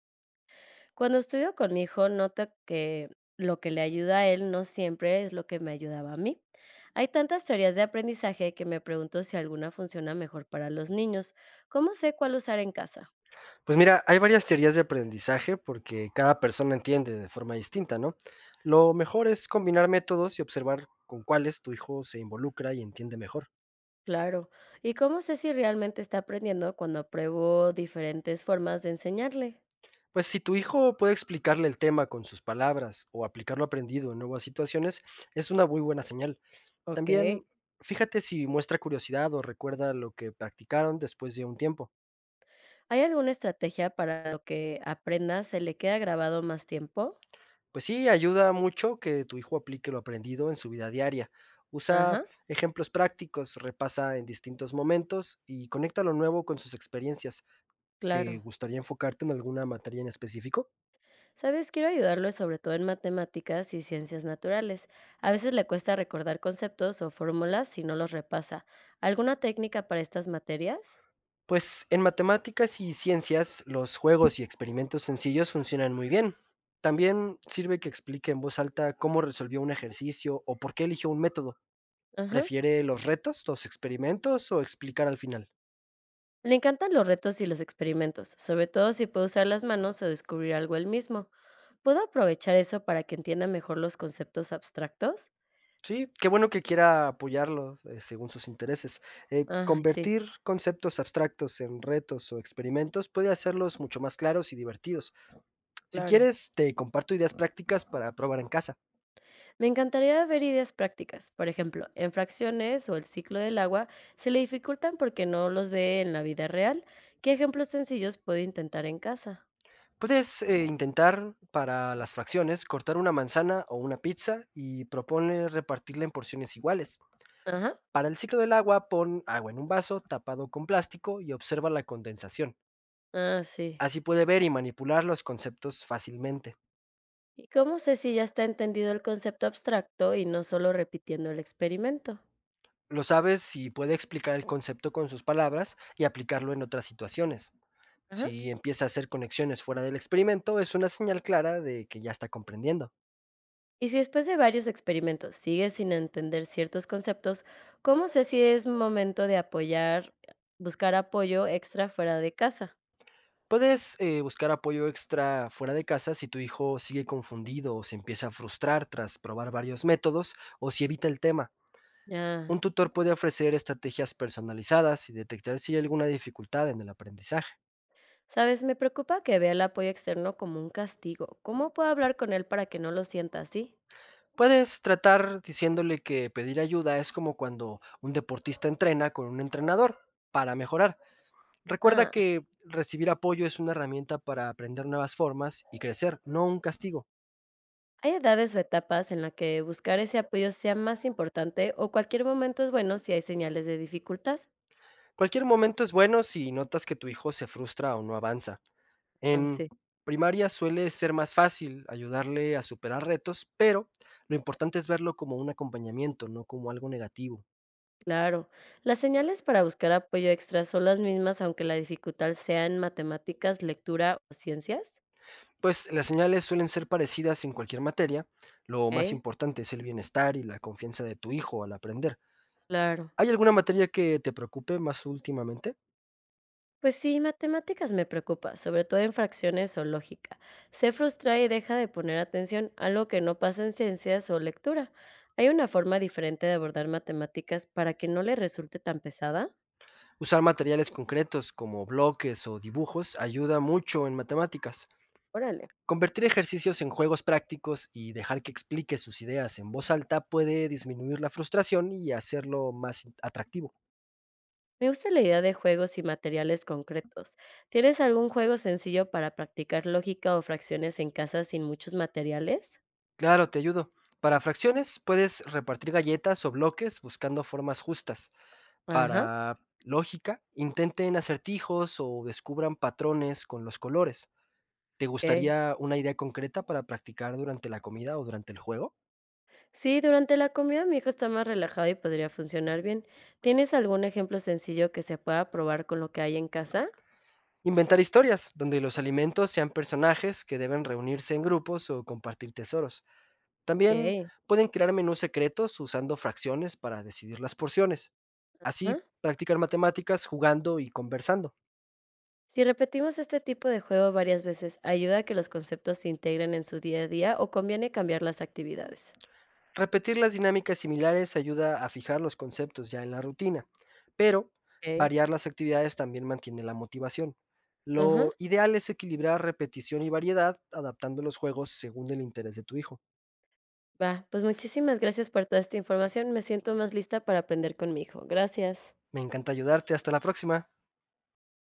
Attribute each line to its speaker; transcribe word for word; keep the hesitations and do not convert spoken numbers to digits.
Speaker 1: Cuando estudio con mi hijo, noto que lo que le ayuda a él no siempre es lo que me ayudaba a mí. Hay tantas teorías de aprendizaje que me pregunto si alguna funciona mejor para los niños. ¿Cómo sé cuál usar en casa?
Speaker 2: Pues mira, hay varias teorías de aprendizaje porque cada persona entiende de forma distinta, ¿no? Lo mejor es combinar métodos y observar con cuáles tu hijo se involucra y entiende mejor.
Speaker 1: Claro. ¿Y cómo sé si realmente está aprendiendo cuando pruebo diferentes formas de enseñarle?
Speaker 2: Pues si tu hijo puede explicarle el tema con sus palabras o aplicar lo aprendido en nuevas situaciones, es una muy buena señal.
Speaker 1: Ok.
Speaker 2: También fíjate si muestra curiosidad o recuerda lo que practicaron después de un tiempo.
Speaker 1: ¿Hay alguna estrategia para lo que aprenda se le queda grabado más tiempo?
Speaker 2: Pues sí, ayuda mucho que tu hijo aplique lo aprendido en su vida diaria. Usa
Speaker 1: Ajá,
Speaker 2: ejemplos prácticos, repasa en distintos momentos y conecta lo nuevo con sus experiencias. ¿Te
Speaker 1: claro.
Speaker 2: gustaría enfocarte en alguna materia en específico?
Speaker 1: Sabes, quiero ayudarlo sobre todo en matemáticas y ciencias naturales. A veces le cuesta recordar conceptos o fórmulas si no los repasa. ¿Alguna técnica para estas materias?
Speaker 2: Pues en matemáticas y ciencias, los juegos y experimentos sencillos funcionan muy bien. También sirve que explique en voz alta cómo resolvió un ejercicio o por qué eligió un método.
Speaker 1: Ajá.
Speaker 2: ¿Prefiere los retos, los experimentos o explicar al final?
Speaker 1: Le encantan los retos y los experimentos, sobre todo si puede usar las manos o descubrir algo él mismo. ¿Puedo aprovechar eso para que entienda mejor los conceptos abstractos?
Speaker 2: Sí, qué bueno que quiera apoyarlo, eh, según sus intereses. Eh,
Speaker 1: Ah, sí,
Speaker 2: convertir conceptos abstractos en retos o experimentos puede hacerlos mucho más claros y divertidos. Si
Speaker 1: claro.
Speaker 2: quieres, te comparto ideas prácticas para probar en casa.
Speaker 1: Me encantaría ver ideas prácticas. Por ejemplo, en fracciones o el ciclo del agua se le dificultan porque no los ve en la vida real. ¿Qué ejemplos sencillos puedo intentar en casa?
Speaker 2: Puedes eh, intentar para las fracciones cortar una manzana o una pizza y propone repartirla en porciones iguales.
Speaker 1: Ajá.
Speaker 2: Para el ciclo del agua, pon agua en un vaso tapado con plástico y observa la condensación.
Speaker 1: Ah, sí.
Speaker 2: Así puede ver y manipular los conceptos fácilmente.
Speaker 1: ¿Y cómo sé si ya está entendido el concepto abstracto y no solo repitiendo el experimento?
Speaker 2: Lo sabes si puede explicar el concepto con sus palabras y aplicarlo en otras situaciones.
Speaker 1: Ajá.
Speaker 2: Si empieza a hacer conexiones fuera del experimento, es una señal clara de que ya está comprendiendo.
Speaker 1: Y si después de varios experimentos sigue sin entender ciertos conceptos, ¿cómo sé si es momento de apoyar, buscar apoyo extra fuera de casa?
Speaker 2: Puedes eh, buscar apoyo extra fuera de casa si tu hijo sigue confundido o se empieza a frustrar tras probar varios métodos o si evita el tema.
Speaker 1: Ya.
Speaker 2: Un tutor puede ofrecer estrategias personalizadas y detectar si hay alguna dificultad en el aprendizaje.
Speaker 1: Sabes, me preocupa que vea el apoyo externo como un castigo. ¿Cómo puedo hablar con él para que no lo sienta así?
Speaker 2: Puedes tratar diciéndole que pedir ayuda es como cuando un deportista entrena con un entrenador para mejorar. Recuerda
Speaker 1: Ah,
Speaker 2: que recibir apoyo es una herramienta para aprender nuevas formas y crecer, no un castigo.
Speaker 1: ¿hay edades o etapas en las que buscar ese apoyo sea más importante o cualquier momento es bueno si hay señales de dificultad?
Speaker 2: Cualquier momento es bueno si notas que tu hijo se frustra o no avanza.
Speaker 1: Ah,
Speaker 2: En
Speaker 1: sí,
Speaker 2: primaria suele ser más fácil ayudarle a superar retos, pero lo importante es verlo como un acompañamiento, no como algo negativo.
Speaker 1: claro. ¿Las señales para buscar apoyo extra son las mismas aunque la dificultad sea en matemáticas, lectura o ciencias?
Speaker 2: Pues las señales suelen ser parecidas en cualquier materia. Lo más
Speaker 1: Ok,
Speaker 2: importante es el bienestar y la confianza de tu hijo al aprender.
Speaker 1: claro.
Speaker 2: ¿Hay alguna materia que te preocupe más últimamente?
Speaker 1: Pues sí, matemáticas me preocupa, sobre todo en fracciones o lógica. Se frustra y deja de poner atención, algo que no pasa en ciencias o lectura. ¿Hay una forma diferente de abordar matemáticas para que no le resulte tan pesada?
Speaker 2: Usar materiales concretos como bloques o dibujos ayuda mucho en matemáticas.
Speaker 1: Órale.
Speaker 2: Convertir ejercicios en juegos prácticos y dejar que explique sus ideas en voz alta puede disminuir la frustración y hacerlo más in- atractivo.
Speaker 1: Me gusta la idea de juegos y materiales concretos. ¿Tienes algún juego sencillo para practicar lógica o fracciones en casa sin muchos materiales?
Speaker 2: Claro, te ayudo. Para fracciones puedes repartir galletas o bloques buscando formas justas.
Speaker 1: Ajá,
Speaker 2: Para lógica, intenten acertijos o descubran patrones con los colores. ¿Te
Speaker 1: ok.
Speaker 2: gustaría una idea concreta para practicar durante la comida o durante el juego?
Speaker 1: Sí, durante la comida mi hijo está más relajado y podría funcionar bien. ¿Tienes algún ejemplo sencillo que se pueda probar con lo que hay en casa?
Speaker 2: Inventar historias donde los alimentos sean personajes que deben reunirse en grupos o compartir tesoros. También
Speaker 1: Ok,
Speaker 2: pueden crear menús secretos usando fracciones para decidir las porciones. Así
Speaker 1: ajá.
Speaker 2: practicar matemáticas jugando y conversando.
Speaker 1: Si repetimos este tipo de juego varias veces, ¿ayuda a que los conceptos se integren en su día a día o conviene cambiar las actividades?
Speaker 2: Repetir las dinámicas similares ayuda a fijar los conceptos ya en la rutina, pero
Speaker 1: Ok,
Speaker 2: variar las actividades también mantiene la motivación.
Speaker 1: ajá.
Speaker 2: Lo ideal es equilibrar repetición y variedad, adaptando los juegos según el interés de tu hijo.
Speaker 1: Va, pues muchísimas gracias por toda esta información. Me siento más lista para aprender con mi hijo. Gracias.
Speaker 2: Me encanta ayudarte. Hasta la próxima.